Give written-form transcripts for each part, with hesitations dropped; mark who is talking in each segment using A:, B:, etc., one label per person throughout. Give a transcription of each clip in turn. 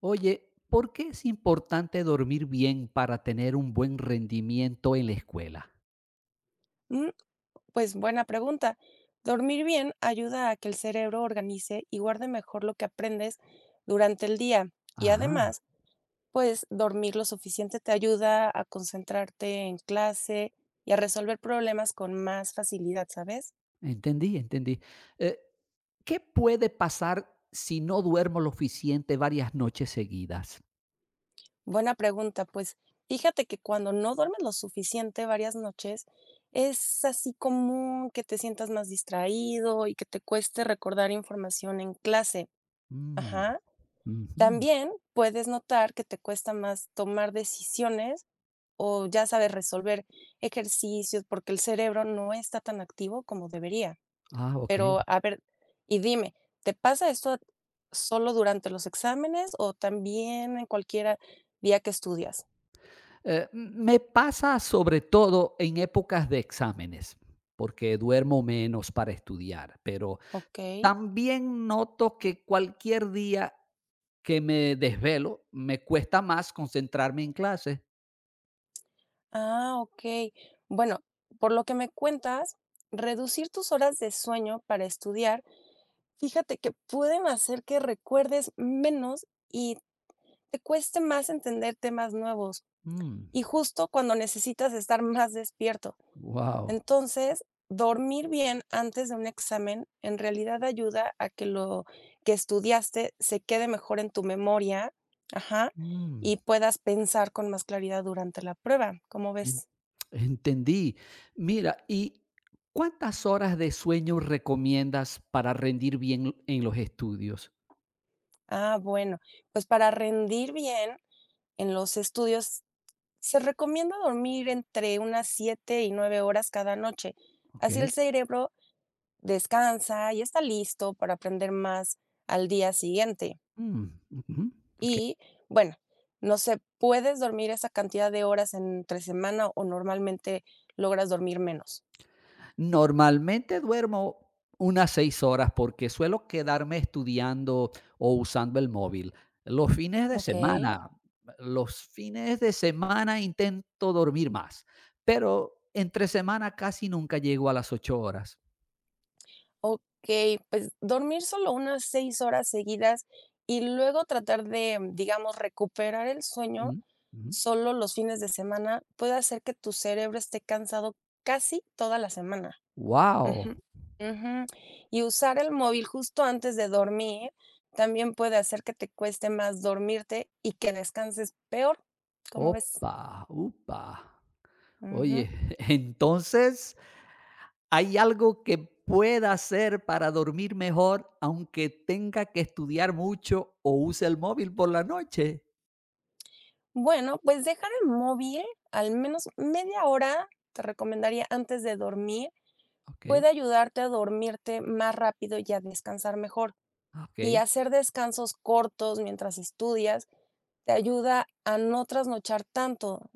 A: Oye, ¿por qué es importante dormir bien para tener un buen rendimiento en la escuela?
B: Mm, Pues buena pregunta. Dormir bien ayuda a que el cerebro organice y guarde mejor lo que aprendes durante el día. Y
A: Ajá,
B: además, pues dormir lo suficiente te ayuda a concentrarte en clase y a resolver problemas con más facilidad, ¿sabes?
A: entendí, entendí. Eh, ¿Qué puede pasar si no duermo lo suficiente varias noches seguidas?
B: Buena pregunta. Pues fíjate que cuando no duermes lo suficiente varias noches, es así común que te sientas más distraído y que te cueste recordar información en clase.
A: Mm,
B: Ajá.
A: ujú.
B: También puedes notar que te cuesta más tomar decisiones o ya sabes resolver ejercicios porque el cerebro no está tan activo como debería.
A: Ah, ok.
B: Pero a ver, y dime, ¿te pasa esto solo durante los exámenes o también en cualquier día que estudias?
A: Me pasa sobre todo en épocas de exámenes, porque duermo menos para estudiar, pero
B: Ok.
A: también noto que cualquier día que me desvelo, me cuesta más concentrarme en clase.
B: Ah, ok. Bueno, por lo que me cuentas, reducir tus horas de sueño para estudiar, fíjate que pueden hacer que recuerdes menos y te cueste más entender temas nuevos
A: Mm,
B: y justo cuando necesitas estar más despierto.
A: guau,
B: Entonces, dormir bien antes de un examen en realidad ayuda a que lo que estudiaste se quede mejor en tu memoria, ajá,
A: mm,
B: y puedas pensar con más claridad durante la prueba. ¿Cómo
A: en
B: ves?
A: entendí. Mira, ¿y cuántas horas de sueño recomiendas para rendir bien en los estudios?
B: Ah, bueno, pues para rendir bien en los estudios se recomienda dormir entre unas 7 y 9 horas cada noche. Así el
A: Okey,
B: cerebro descansa y está listo para aprender más al día siguiente.
A: mm, ujú, okey.
B: Y bueno, no sé, ¿puedes dormir esa cantidad de horas entre semana o normalmente logras dormir menos?
A: Normalmente duermo unas 6 horas porque suelo quedarme estudiando o usando el móvil. Los fines de
B: Ok.
A: semana, los fines de semana intento dormir más, pero entre semana casi nunca llego a las 8 horas.
B: Ok, pues dormir solo unas 6 horas seguidas y luego tratar de, digamos, recuperar el sueño
A: Mm, mm.
B: solo los fines de semana puede hacer que tu cerebro esté cansado casi toda la semana. Ujú,
A: Guau,
B: ujú. Y usar el móvil justo antes de dormir también puede hacer que te cueste más dormirte y que descanses peor, ¿cómo ves?
A: opa, upa.
B: Ujú.
A: Oye, entonces, ¿hay algo que pueda hacer para dormir mejor, aunque tenga que estudiar mucho o use el móvil por la noche?
B: Bueno, pues dejar el móvil al menos media hora, te recomendaría antes de dormir, puede
A: Okey,
B: ayudarte a dormirte más rápido y a descansar mejor.
A: ah,
B: Y hacer descansos cortos mientras estudias te ayuda a no trasnochar tanto,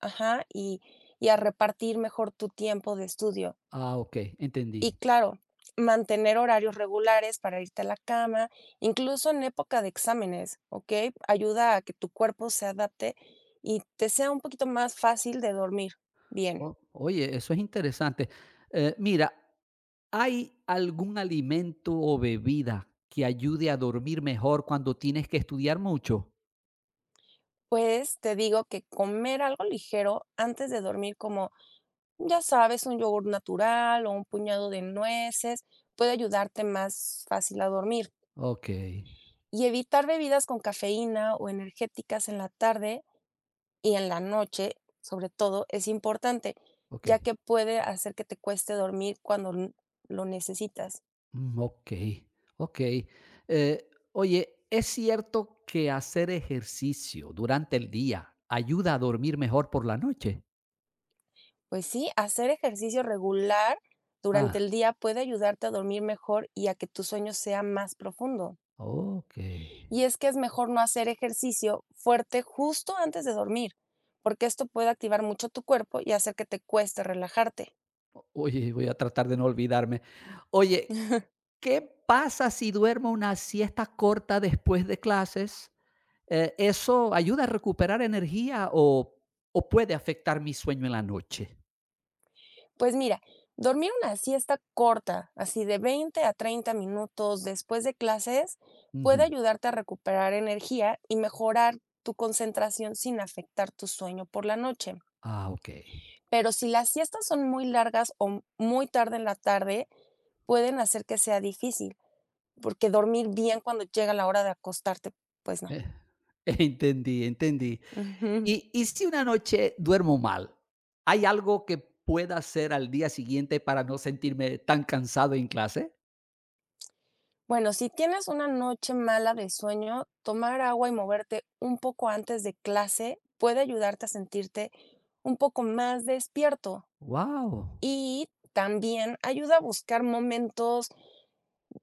B: ajá, y a repartir mejor tu tiempo de estudio.
A: ah, okey, entendí.
B: Y claro, mantener horarios regulares para irte a la cama, incluso en época de exámenes, ¿ok? Ayuda a que tu cuerpo se adapte y te sea un poquito más fácil de dormir bien.
A: O oye, eso es interesante. Mira, ¿hay algún alimento o bebida que ayude a dormir mejor cuando tienes que estudiar mucho?
B: Pues te digo que comer algo ligero antes de dormir, como ya sabes, un yogur natural o un puñado de nueces, puede ayudarte más fácil a dormir.
A: Okey,
B: Y evitar bebidas con cafeína o energéticas en la tarde y en la noche, sobre todo, es importante, ya
A: okey.
B: que puede hacer que te cueste dormir cuando lo necesitas.
A: Mm, okey, okey. Oye, ¿es cierto que hacer ejercicio durante el día ayuda a dormir mejor por la noche?
B: Pues sí, hacer ejercicio regular
A: Ah,
B: durante el día puede ayudarte a dormir mejor y a que tu sueño sea más profundo.
A: okey.
B: Y es que es mejor no hacer ejercicio fuerte justo antes de dormir, porque esto puede activar mucho tu cuerpo y hacer que te cueste relajarte.
A: O oye, voy a tratar de no olvidarme. Oye, ¿qué pasa si duermo una siesta corta después de clases? ¿Eso ayuda a recuperar energía o puede afectar mi sueño en la noche?
B: Pues mira, dormir una siesta corta, así de 20 a 30 minutos después de clases, puede
A: Ujú.
B: ayudarte a recuperar energía y mejorar tu concentración sin afectar tu sueño por la noche.
A: Ah, okey.
B: Pero si las siestas son muy largas o muy tarde en la tarde, pueden hacer que sea difícil, porque dormir bien cuando llega la hora de acostarte, pues no.
A: Eh, entendí, entendí. Y si una noche duermo mal, ¿hay algo que pueda hacer al día siguiente para no sentirme tan cansado en clase?
B: Bueno, si tienes una noche mala de sueño, tomar agua y moverte un poco antes de clase puede ayudarte a sentirte un poco más despierto
A: Wow,
B: y también ayuda a buscar momentos,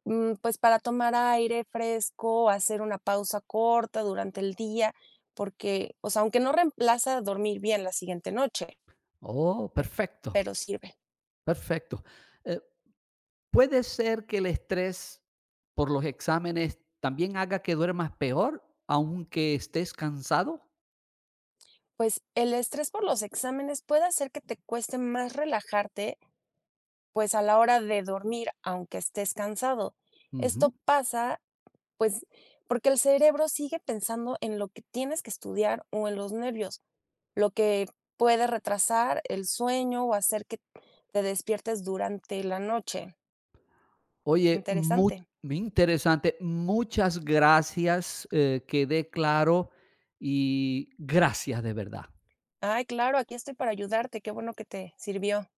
B: pues para tomar aire fresco, hacer una pausa corta durante el día, porque, o sea, aunque no reemplaza dormir bien la siguiente noche,
A: oh,
B: pe-
A: perfecto,
B: pero sirve.
A: perfecto. Eh, ¿Puede ser que el estrés por los exámenes también haga que duermas peor, aunque estés cansado?
B: Pues el estrés por los exámenes puede hacer que te cueste más relajarte pues a la hora de dormir, aunque estés cansado.
A: Ujú.
B: Esto pasa, pues, porque el cerebro sigue pensando en lo que tienes que estudiar o en los nervios, lo que puede retrasar el sueño o hacer que te despiertes durante la noche.
A: Oye, muy
B: Interesante.
A: interesante. Muchas gracias, quedé claro y gracias de verdad.
B: Ay, claro, aquí estoy para ayudarte. Qué bueno que te sirvió.